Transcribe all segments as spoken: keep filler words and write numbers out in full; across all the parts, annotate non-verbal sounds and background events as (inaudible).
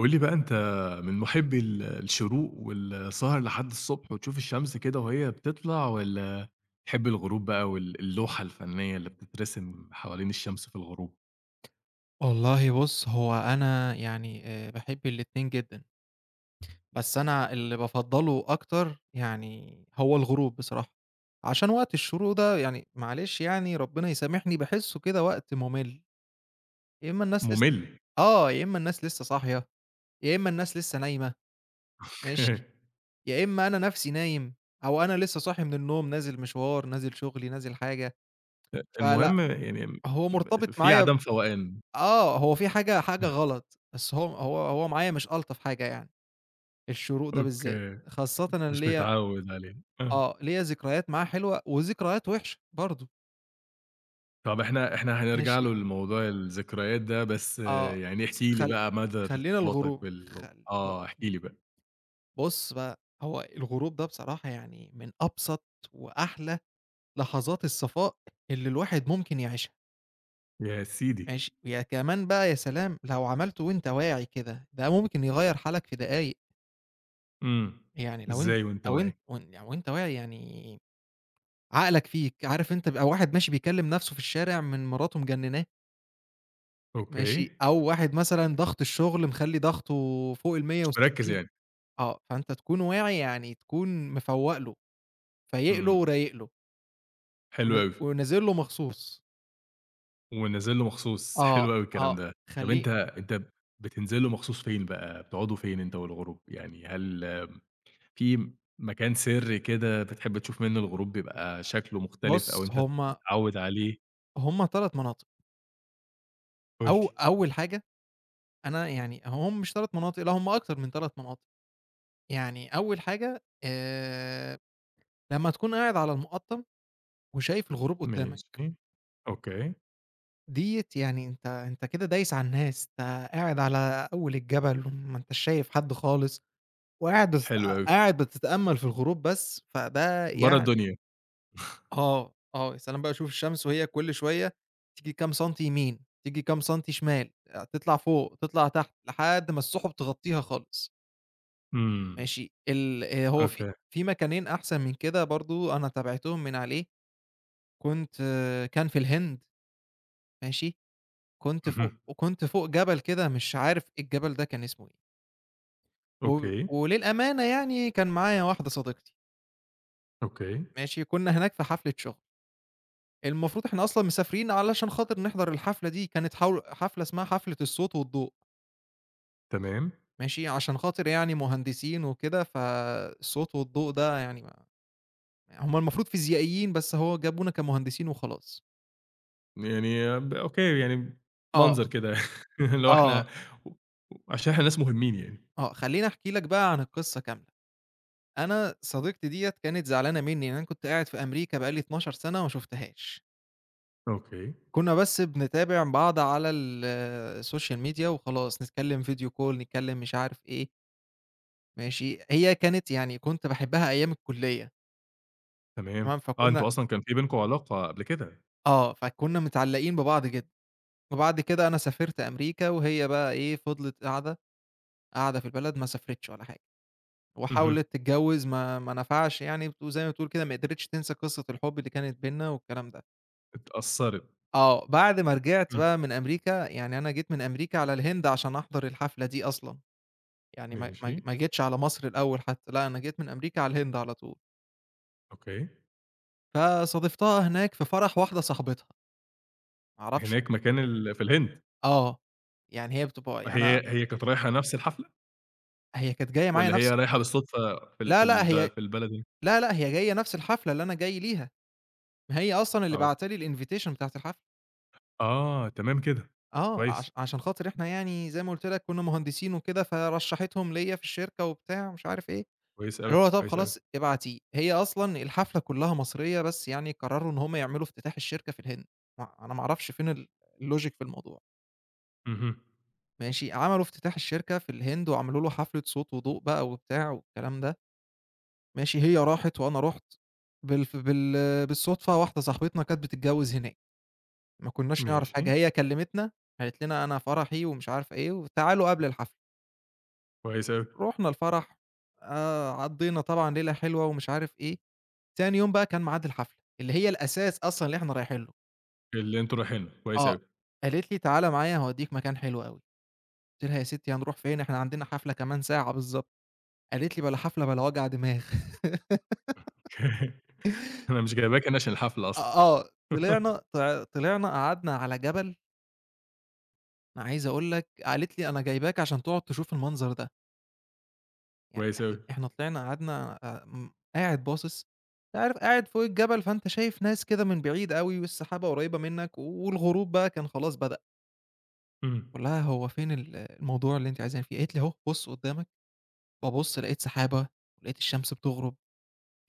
قُل لي بقى أنت من مُحبّي ال الشروق والسهر لحد الصبح وتشوف الشمس كده وهي بتطلع والّا تحب الغروب بقى وال اللوحة الفنية اللي بتترسم حوالين الشمس في الغروب؟ والله بُص، هو أنا يعني آآ باحب الاتنين جدًا، بس أنا اللي بافضّله أكتر يعني هو الغروب بصراحة، عشان وقت الشروق ده يعني معلش يعني ربنا يسامحني باحسّه كده وقت مُمِل. يا إمّا الناس لسّه مُمِل. آه، يا إمّا الناس لسّه صاحية، يا إمّا الناس لسّه نايمة، ماشي، (laughs) يا إمّا أنا نَفْسي نايم أو أنا لسّه صاحي من النوم نازل مشوار، نازل شُغلي، نازل حاجة، فلأ. المهم يعني م هو مرتبط في معايا ب عدم فوقان. آه، هو في حاجة حاجة (laughs) غلط، بس هو هو هو معايا مش ألطف حاجة يعني. الشروق ده بالذات، أوكي. خاصةً أنا مش ليّا متعوّد عليه. آه. آه، ليّا ذكريات معاه حلوة وذكريات وحشة برضه، طَب إحنا إحنا هنرجع ماشي، له لموضوع الذكريات ده، بس آه، آه، يعني س احكِ لي خل بقى مدى خلّينا ارتباطك الغروب بال خل ب آه. احكِ لي بقى. بُص بقى، هو الغروب ده بصراحة يعني من أبسط وأحلى لحظات الصفاء اللي الواحد ممكن يعيشها. يا سيدي! ماشي، يا كمان بقى يا سلام لو عملته وأنت واعي كده، ده ممكن يغيّر حالك في دقايق. إمم. يعني لو أن إزاي وأنت لو أنت واعي؟ ون وأنت واعي يعني عقلك فيك، عارف أنت بيبقى واحد ماشي بيكلّم نَفْسه في الشارع من مراته مجنّناه. ماشي، أوكي، أو واحد مثلًا ضغط الشغل مخلّي ضغطه فوق مش مركّز المية وستين. يعني، آه، فأنت تكون واعي يعني تكون مفوّق له، فايق له إمم، ورايق له ون حلو أوي، ونازل له مخصوص. ونازل له مخصوص، آه، حلو أوي الكلام آه، ده. طَب خلّيه. أنت أنت بتنزل له مخصوص فين بقى، بتقعدوا فين أنت والغروب؟ يعني هل في مكان سرّي كده بتحب تشوف منّه الغروب بيبقى شكله مختلف أو بُص أنت هم متعوّد عليه؟ هم 3 مناطق، قُل لي. أو أول حاجة. أنا يعني هم مش 3 مناطق، لأ هم أكتر من 3 مناطق. يعني أول حاجة، آآ، لمّا تكون قاعد على المُقطّم وشايف الغروب قدّامك. ماشي، أوكي، ديّة يعني أنت أنت كده دايس على الناس، أنت قاعد على أول الجبل وما أنتاش شايف حد خالص، وقاعد بتت حلو أوي، قاعد بتتأمل في الغروب بس، فده برّه يعني الدنيا، آه. آه، يا سلام بقى شوف الشمس وهي كل شوية تيجي كام سنتي يمين، تيجي كام سنتي شمال، تطلع فوق، تطلع تحت، لحد ما السحب تغطيها خالص. إمم، ماشي. ال آآ هو في أوكي، في مكانين أحسن من كده برضه أنا تابعتهم من عليه. كنت آه، كان في الهند. ماشي؟ كنت فوق اهم، وكنت فوق جبل كده مش عارف إيه الجبل ده كان اسمه إيه. و أوكي، وللأمانة يعني كان معايا واحدة صديقتي. أوكي، ماشي، كنا هناك في حفلة شغل. المفروض إحنا أصلًا مسافرين علشان خاطر نحضر الحفلة دي، كانت حو حفلة اسمها حفلة الصوت والضوء. تمام. ماشي، عشان خاطر يعني مهندسين وكده، فالصوت والضوء ده يعني ما هم المفروض فيزيائيين بس هو جابونا كمهندسين وخلاص. يعني ب أوكي، يعني آه، منظر كده (laughs) اللي هو آه، إحنا و عشان إحنا ناس مهمين يعني. آه، خلّيني أحكي لك بقى عن القصة كاملة. أنا صديقتي ديّة كانت زعلانة منّي، لإن أنا كنت قاعد في أمريكا بقى لي اتناشر سنة سَنة وما شُفتهاش. أوكي، كُنّا بس بنتابع بعض على ال الsocial media وخلاص، نتكلّم video call نتكلّم مش عارف إيه. ماشي، هي كانت يعني كنت باحبها أيام الكُلّية. تمام. تمام، آه، أنتم فكُنّا أصلًا كان في بينكم علاقة قبل كده. آه، فكُنّا متعلّقين ببعض جدًا. وبعد كده أنا سافرت أمريكا وهي بقى إيه، فضلت قاعدة، قاعدة في البلد ما سافرتش ولا حاجة، اهم، وحاولت تتجوّز ما ما نفعش يعني، وزي ما بتقول كده ما قدرتش تنسى قصّة الحُب اللي كانت بيننا والكلام ده. اتأثّرت. آه، بعد ما رجعت إمم، بقى من أمريكا، يعني أنا جيت من أمريكا على الهند عشان أحضر الحفلة دي أصلًا. يعني ما ماشي، ما ما جيتش على مصر الأول حتى، لأ أنا جيت من أمريكا على الهند على طول. أوكي. فصادفتها هناك في فرح واحدة صاحبتها، ما أعرفش هناك مكان ال في الهند، آه، يعني هي بتبقى يعني أنا هي هي كانت رايحة نفس الحفلة هي كانت جاية معايا والّا هي نفس. رايحة بالصدفة في ال في لا، لأ ال ده هي في البلد هنا؟ لا، لأ هي جاية نفس الحفلة اللي أنا جاي ليها، ما هي أصلًا اللي آه، باعتة لي الinvitation بتاعة الحفلة. آه، تمام كده، آه، عش كويس، عشان خاطر إحنا يعني زي ما قُلت لك كنا مهندسين وكده، فرشحتهم ليّا في الشركة وبتاع ومش عارف إيه. كويس اللي أوي، هو طب كويس أوي. خلاص ابعتيه، هي أصلًا الحفلة كلّها مصرية، بس يعني قرروا إن هم يعملوا افتتاح الشركة في الهند. ما أنا ما أعرفش فين ال الlogic في الموضوع. اهم، ماشي، عملوا افتتاح الشركة في الهند وعملوا له حفلة صوت وضوء بقى وبتاع والكلام ده. ماشي، هي راحت وأنا رُحت، بالف بال بالصدفة واحدة صاحبتنا كانت بتتجوّز هناك، ما كناش نعرف ماشي، حاجة، هي كلّمتنا قالت لنا أنا فرحي ومش عارفة إيه وتعالوا قبل الحفلة. كويس أوي، رُحنا الفرح، آآ، عدّينا طبعًا ليلة حلوة ومش عارف إيه. تاني يوم بقى كان ميعاد الحفلة، اللي هي الأساس أصلًا اللي إحنا رايحين له. اللي أنتم رايحينه، كويس آه. أوي. قالت لي: "تعالَ معايا هاوديك مكان حلو أوي." قُلت لها: "يا ستي هنروح فين؟ إحنا عندنا حفلة كمان ساعة بالضبط." قالت لي: "بلا حفلة بلا وجع دماغ." (laughs) (laughs) (laughs) أنا مش جايباكِ أنا عشان الحفلة أصلًا. آه، آه، طلعنا (laughs) طع طلعنا قعدنا على جبل، أنا عايز أقول لك قالت لي: "أنا جايباك عشان تقعد تشوف المنظر ده." يعني كويس إحنا أوي. إحنا طلعنا قعدنا آآ، م قاعد باصص. أنت عارف قاعد فوق الجبل فأنت شايف ناس كده من بعيد أوي والسحابة قريبة منك والغروب بقى كان خلاص بدأ. إمم. باقول لها: "هو فين ال الموضوع اللي أنتِ عايزاني فيه؟" قالت لي: "أهو بُص قدّامك." بابُص لقيت سحابة، ولقيت الشمس بتغرب،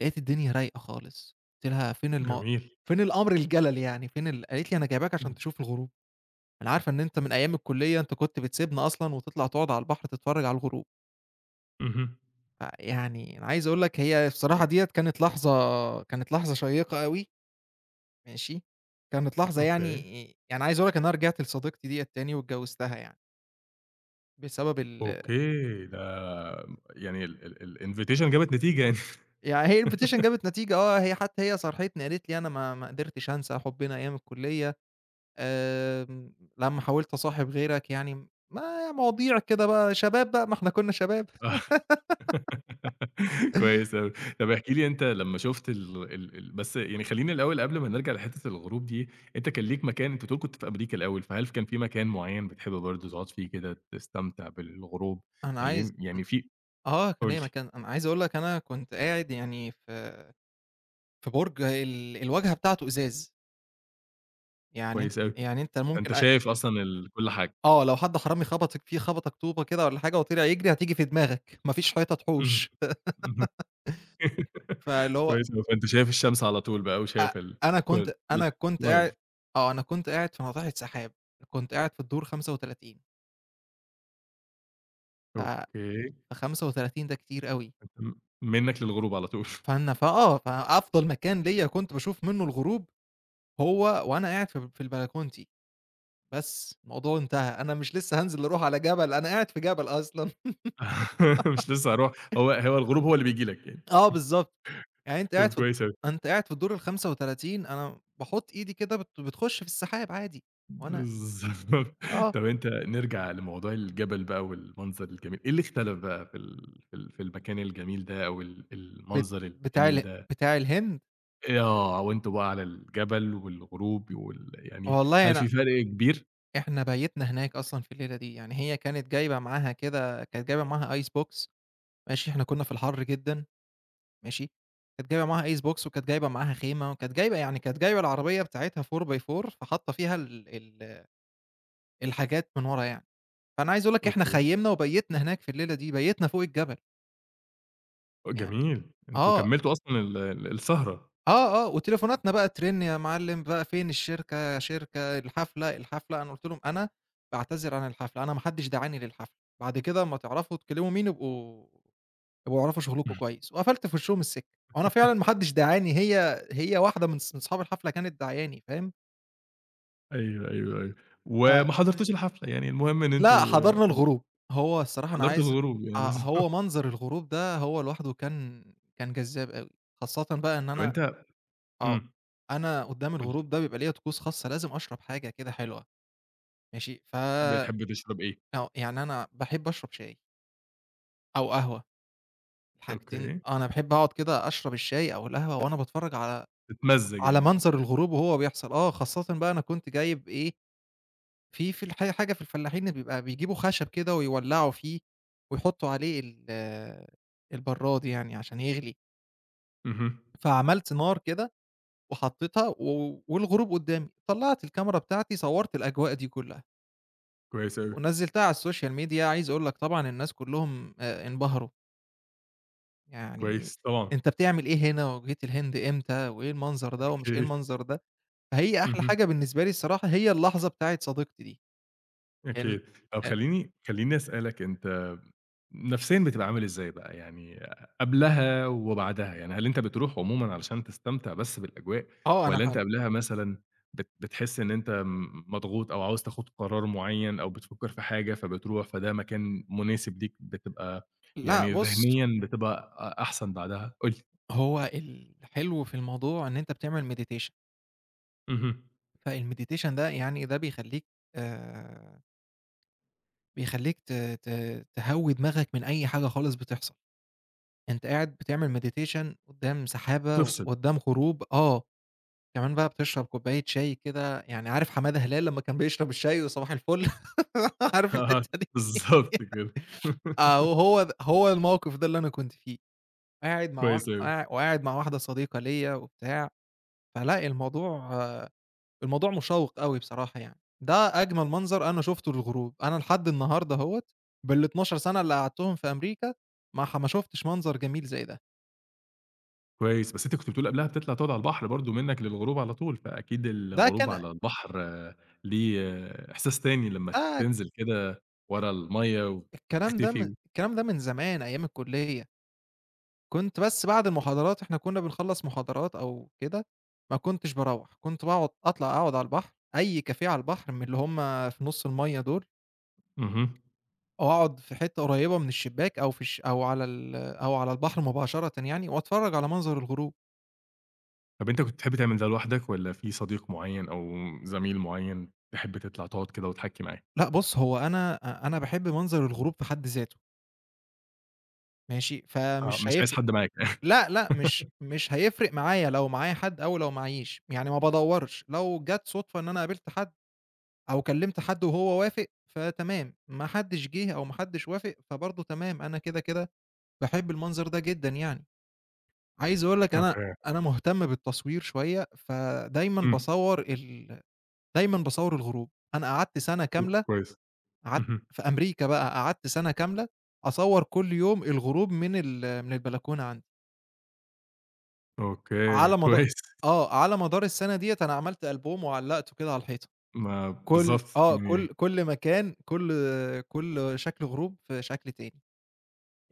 لقيت الدنيا رايقة خالص. قُلت لها: "فين الم جميل. فين الأمر الجلل يعني فين ال" قالت لي: "أنا جايباك عشان إمم. تشوف الغروب، أنا عارفة إن أنت من أيام الكلية أنت كنت بتسيبنا أصلًا وتطلع تقعد على البحر تتفرّج على الغروب." اهم. فيعني أنا عايز أقول لك هي بصراحة ديّة كانت لحظة، كانت لحظة شيّقة أوي، ماشي، كانت لحظة يعني. أوكي. يعني عايز أقول لك إن أنا رجعت لصديقتي ديّة تاني واتجوّزتها يعني بسبب ال أوكي. ده يعني ال ال الinvitation جابت نتيجة يعني. يعني هي الإنفيتيشن جابت نتيجة. آه، هي حتى هي صارحتني قالت لي: "أنا ما ما قدرتش أنسى حُبنا أيام الكُلّية، آمم، لمّا حاولت أصاحب غيرك يعني." ما مواضيع كده بقى شباب بقى، ما إحنا كُنّا شباب. (laughs) آه. (laughs) كويس أوي. طب احكِ لي أنت لمّا شُفت ال ال ال بس يعني خلّيني الأول قبل ما نرجع لحتّة الغروب دي، أنت كان ليك مكان أنت بتقول كنت في أمريكا الأول، فهل كان في مكان معيّن بتحب برضه تقعد فيه كده تستمتع بالغروب؟ أنا كان ليه عايز أن يعني في آه، كان قُل لي. ليا مكان. أنا عايز أقول لك أنا كنت قاعد يعني في في برج ال الواجهة بتاعته إزاز، يعني أنت كويس أوي. يعني أنت ممكن فأنت أ. شايف أصلًا ال كل حاجة. آه، لو حد حرامي خبطِك فيه خبطك طوبة كده والّا حاجة وطلع يجري هتيجي في دماغك، ما فيش حيطة إمم. تحوش. (laughs) اهم. فاللي هو كويس أوي، فأنت شايف الشمس على طول بقى أ وشايف ال أنا كل كنت كل أنا حاجة كنت قاعد. live آه، أنا كنت قاعد في ناطحة سحاب، كنت قاعد في الدور خمسة وتلاتين، ف أوكي، فخمسة وتلاتين ده كتير أوي، م منك للغروب على طول. فأنا فآه، فأفضل مكان ليّا كنت باشوف منّه الغروب هو وأنا قاعد في في البلكونتي. بس الموضوع انتهى، أنا مش لسه هانزل أروح على جبل، أنا قاعد في جبل أصلًا. (laughs) مش لسه هاروح هو هو الغروب هو اللي بييجي لك يعني. (laughs) آه بالضبط. يعني أنت قاعد طب في الد، كويس أوي. أنت قاعد في الدور الخامس والتلاتين أنا باحط إيدي كده بت بتخش في السحاب عادي. وأنا بالضبط. (laughs) آه، طب أنت نرجع لموضوع الجبل بقى والمنظر الجميل، إيه اللي اختلف بقى في ال في ال في المكان الجميل ده أو ال بت المنظر بتاع الجميل ال، ده؟ بتاع الهند. آه، وأنتم بقى على الجبل والغروب وال يعني والله هل أنا في فرق كبير؟ إحنا بيّتنا هناك أصلًا في الليلة دي، يعني هي كانت جايبة معاها كده كانت جايبة معاها ice box. ماشي، إحنا كنا في الحر جدًا. ماشي، كانت جايبة معاها ice box وكانت جايبة معاها خيمة، وكانت جايبة يعني كانت جايبة العربية بتاعتها فور باي فور فحاطة فيها ال ال الحاجات من ورا يعني. فأنا عايز أقول لك إحنا أوكي. خيّمنا وبيّتنا هناك في الليلة دي، بيّتنا فوق الجبل يعني. جميل، أنتم آه. كمّلتوا أصلًا ال ال السهرة. آه، آه، وتليفوناتنا بقى ترن يا معلم بقى فين الشركة، يا شركة، الحفلة، الحفلة، أنا قُلت لهم: "أنا باعتذر عن الحفلة، أنا ما حدش دعاني للحفلة، بعد كده أمّا تعرفوا تكلموا مين يبقوا يبقوا اعرفوا شغلكم كويس." وقفلت في وشّهم السكة. هو أنا فعلًا ما حدش دعاني، هي هي واحدة من ص من صحاب الحفلة كانت داعياني فاهم. أيوه، أيوه، أيوه. ف وما حضرتوش الحفلة، يعني المهم إن لأ، أنتم حضرنا الغروب. هو الصراحة أنا حضرتوا عايز الغروب يعني آه، بالضبط. هو (laughs) منظر الغروب ده هو لوحده كان، كان جذاب أوي، خاصةً بقى إن طب أنا أنت آه، إمم، أنا قدّام قُل لي، الغروب ده بيبقى ليّا طقوس خاصة لازم أشرب حاجة كده حلوة. ماشي، ف بتحب تشرب إيه؟ آه، يعني أنا باحب أشرب شاي أو قهوة، الحاجتين. أوكي، آه، أنا باحب أقعد كده أشرب الشاي أو القهوة وأنا باتفرّج على تتمزّج على يعني. منظر الغروب وهو بيحصل. آه، خاصةً بقى أنا كنت جايب إيه، في في الح حاجة في الفلاحين اللي بيبقى بيجيبوا خشب كده ويولّعوا فيه ويحطّوا عليه ال البرّاد يعني عشان يغلي. اهم، فعملت نار كده وحطّيتها و والغروب قدّامي، طلّعت الكاميرا بتاعتي صوّرت الأجواء دي كلّها. كويس أوي، ونزّلتها على السوشيال ميديا، عايز أقول لك طبعًا الناس كلّهم آآ انبهروا، يعني كويس طبعًا، أنت بتعمل إيه هنا، وجيت الهند إمتى، وإيه المنظر ده، ومش إيه أكيد، المنظر ده. فهي أحلى اهم، حاجة بالنسبة لي الصراحة هي اللحظة بتاعة صديقتي دي، لإن أكيد. طب أ. خلّيني خلّيني أسألك أنت نفسيًا بتبقى عامل إزاي بقى، يعني قبلها وبعدها، يعني هل أنت بتروح عمومًا علشان تستمتع بس بالأجواء، آه أنا والّا ح. أنت قبلها مثلًا بت بتحس إن أنت م مضغوط أو عاوز تاخد قرار معين أو بتفكّر في حاجة فبتروح، فده مكان مناسب ليك بتبقى لأ يعني بُص، ذهنيًا بتبقى أ أحسن بعدها؟ قُل لي. هو الحلو في الموضوع إن أنت بتعمل meditation، اهم. فالmeditation ده يعني ده بيخلّيك آآ بيخلّيك ت ت تهوّي دماغك من أي حاجة خالص بتحصل، أنت قاعد بتعمل meditation قدّام سحابة تفصل. وقدّام غروب. آه. كمان بقى بتشرب كوباية شاي كده، يعني عارف حمادة هلال لمّا كان بيشرب الشاي وصباح الفل؟ (laughs) (laughs) عارف آه، الحتّة دي؟ بالضبط كده. آه، (laughs) وهو د هو الموقف ده اللي أنا كنت فيه، قاعد مع واح كويس أوي. قاع وقاعد مع واحدة صديقة ليّا وبتاع. فلأ الموضوع آه، الموضوع مشوّق أوي بصراحة يعني، ده أجمل منظر أنا شُفته للغروب، أنا لحد النهارده أهوّة بال12 سَنة اللي قعدتهم في أمريكا ما ح ما شُفتش منظر جميل زي ده. كويس، بس أنت كنت بتقول قبلها بتطلع تقعد على البحر برضه منك للغروب على طول، فأكيد ده الغروب كان على البحر آه، ليه آه، إحساس تاني لمّا ده تنزل كده ورا المَيّة الكلام ده من وتختفي. الكلام ده من زمان أيام الكلية. كنت بس بعد المحاضرات إحنا كنا بنخلّص محاضرات أو كده، ما كنتش باروّح، كنت باقعد أطلع أقعد على البحر، أي كافيه على البحر من اللي هم في نُص المَيّة دول، اهم. أو أقعد في حتّة قريّبة من الشباك أو في الش أو على ال أو على البحر مباشرةً يعني وأتفرّج على منظر الغروب. طب أنت كنت بتحب تعمل ده لوحدك والّا في صديق معيّن أو زميل معيّن تحب تطلع تقعد كده وتحكي معاه؟ لأ بُص، هو أنا أ أنا باحب منظر الغروب في حد ذاته، ماشي، آه، فمش مش عايز هيفرق. حد معاك. لأ، لأ، مش (laughs) مش هيفرق معايا لو معايا حد أو لو معييش، يعني ما بادوّرش، لو جات صُدفة إن أنا قابلت حد أو كلّمت حد وهو وافق، فتمام، ما حدش جه أو ما حدش وافق، فبرضه تمام، أنا كده، كده باحب المنظر ده جدًا يعني. عايز أقول لك أنا، أوكي، أنا مهتم بالتصوير شوية، فدايمًا إمم، باصوّر ال، دايمًا باصوّر الغروب. أنا قعدت سَنة كاملة، كويس. قعدت اهم. في أمريكا بقى، قعدت سَنة كاملة أصوّر كل يوم الغروب من ال من البلكونة عندي. أوكي، على مدا كويس. آه، على مدار السَنة ديّة أنا عملت ألبوم وعلّقته كده على الحيطة. ما كل بالضبط، آه، كل يعني كل مكان، كل كل شكل غروب في شكل تاني،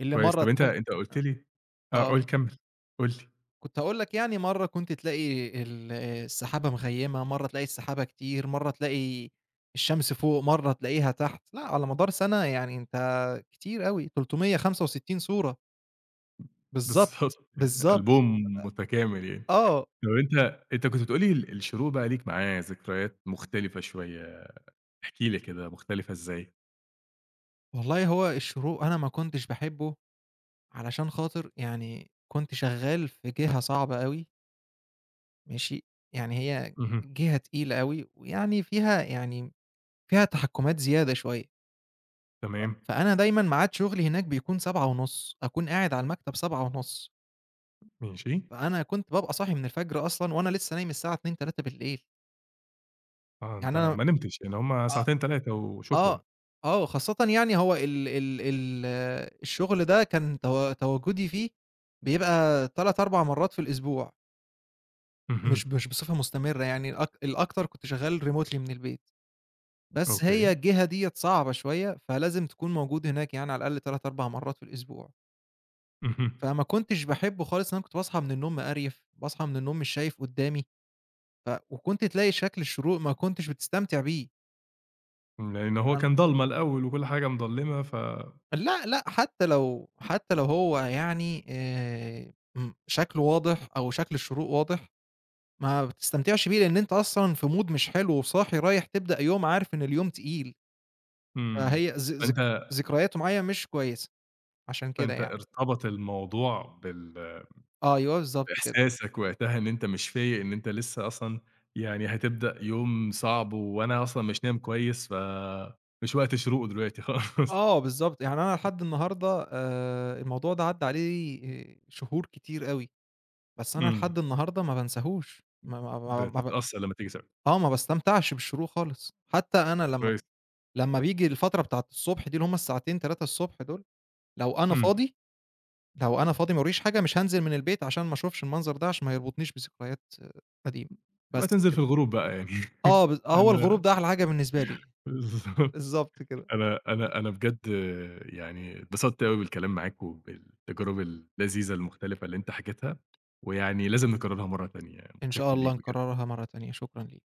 اللي كويس. مرّة طب أنت تح أنت قُلت لي آه، آه، قُل كمّل، قُل لي. كنت هاقول لك يعني مرّة كنت تلاقي ال السحابة مغيّمة، مرّة تلاقي السحابة كتير، مرّة تلاقي الشمس فوق، مرّة تلاقيها تحت، لأ على مدار سَنة يعني أنت كتير أوي، 365 صورة، بالضبط، بالضبط، (laughs) يعني بالضبط. ألبوم متكامل يعني. آه، طب أنت أنت كنت بتقول لي ال الشروق بقى ليك معاه ذكريات مختلفة شوية، احكِ لي كده مختلفة إزاي؟ والله هو الشروق أنا ما كنتش باحبه علشان خاطر يعني كنت شغّال في جهة صعبة أوي. ماشي، يعني هي اهم، جهة تقيلة أوي، ويعني فيها يعني فيها تحكُّمات زيادة شوية. تمام، فأنا دايمًا ميعاد شغلي هناك بيكون سبعة ونص أكون قاعد على المكتب سبعة ونص. ماشي. فأنا كنت بابقى صاحي من الفجر أصلًا وأنا لسه نايم الساعة اتنين، الثالثة. آه، يعني أنت أنا ما نمتش، يعني هم آه، ساعتين تلاتة وشكرًا. آه، آه، خاصةً يعني هو ال ال ال آه، الشغل ده كان تو تواجدي فيه بيبقى ثلاث، أربع مرات في الأسبوع، اهم، مش مش بصفة مستمرة يعني الأك الأكتر كنت شغال remotely من البيت. بس هي أوكي، الجهة ديّة صعبة شوية، فلازم تكون موجود هناك يعني على الأقل تلاتة، أربعة مرات في الأسبوع. اهم. فما كنتش باحبه خالص، أنا كنت باصحى من النوم مقريف، باصحى من النوم مش شايف قدّامي، ف وكنت تلاقي شكل الشروق ما كنتش بتستمتع بيه، لإن هو أن كان ضلمة الأول وكل حاجة مضلمة ف لأ، لأ، حتى لو حتى لو هو يعني آآ، امم، شكله واضح أو شكل الشروق واضح، ما بتستمتعش بيه لأن أنت أصلًا في mood مش حلو وصاحي رايح تبدأ يوم عارف إن اليوم تقيل. إمم، فهي ذ ذك فأنت ذكرياته معايا مش كويسة، عشان كده فأنت يعني. ارتبط الموضوع بال أيوه بالضبط كده. إحساسك وقتها إن أنت مش فايق، إن أنت لسه أصلًا يعني هتبدأ يوم صعب، وأنا أصلًا مش نايم كويس، فمش وقت شروقه دلوقتي (laughs) خالص. آه بالضبط، يعني أنا لحد النهارده آآ الموضوع ده عدّى عليه آآ شهور كتير أوي، بس أنا لحد إمم، النهارده ما بانساهوش، ما ما ما ما ب بتتأثّر لمّا تيجي سيرته، آه ما باستمتعش بالشروق خالص، حتى أنا لمّا، كويس، لمّا بييجي الفترة بتاعة الصبح دي اللي هُم الساعتين تلاتة دول، لو أنا إمم، فاضي، لو أنا فاضي ما وراييش حاجة مش هانزل من البيت عشان ما اشوفش المنظر ده، عشان ما يربطنيش بذكريات آه، قديمة، تبقى بس تنزل في كده. الغروب بقى يعني. آه ب (laughs) آه هو الغروب أنا ده أحلى حاجة بالنسبة لي، بالضبط، بالضبط كده. أنا أنا أنا بجد يعني اتبسطت أوي بالكلام معاك، وبالتجارب اللذيذة المختلفة اللي أنت حكيتها، ويعني لازم نكررها مرّة تانية، إن شاء متشكّر الله ليك بجد. نكررها مرة تانية، شكرًا ليك.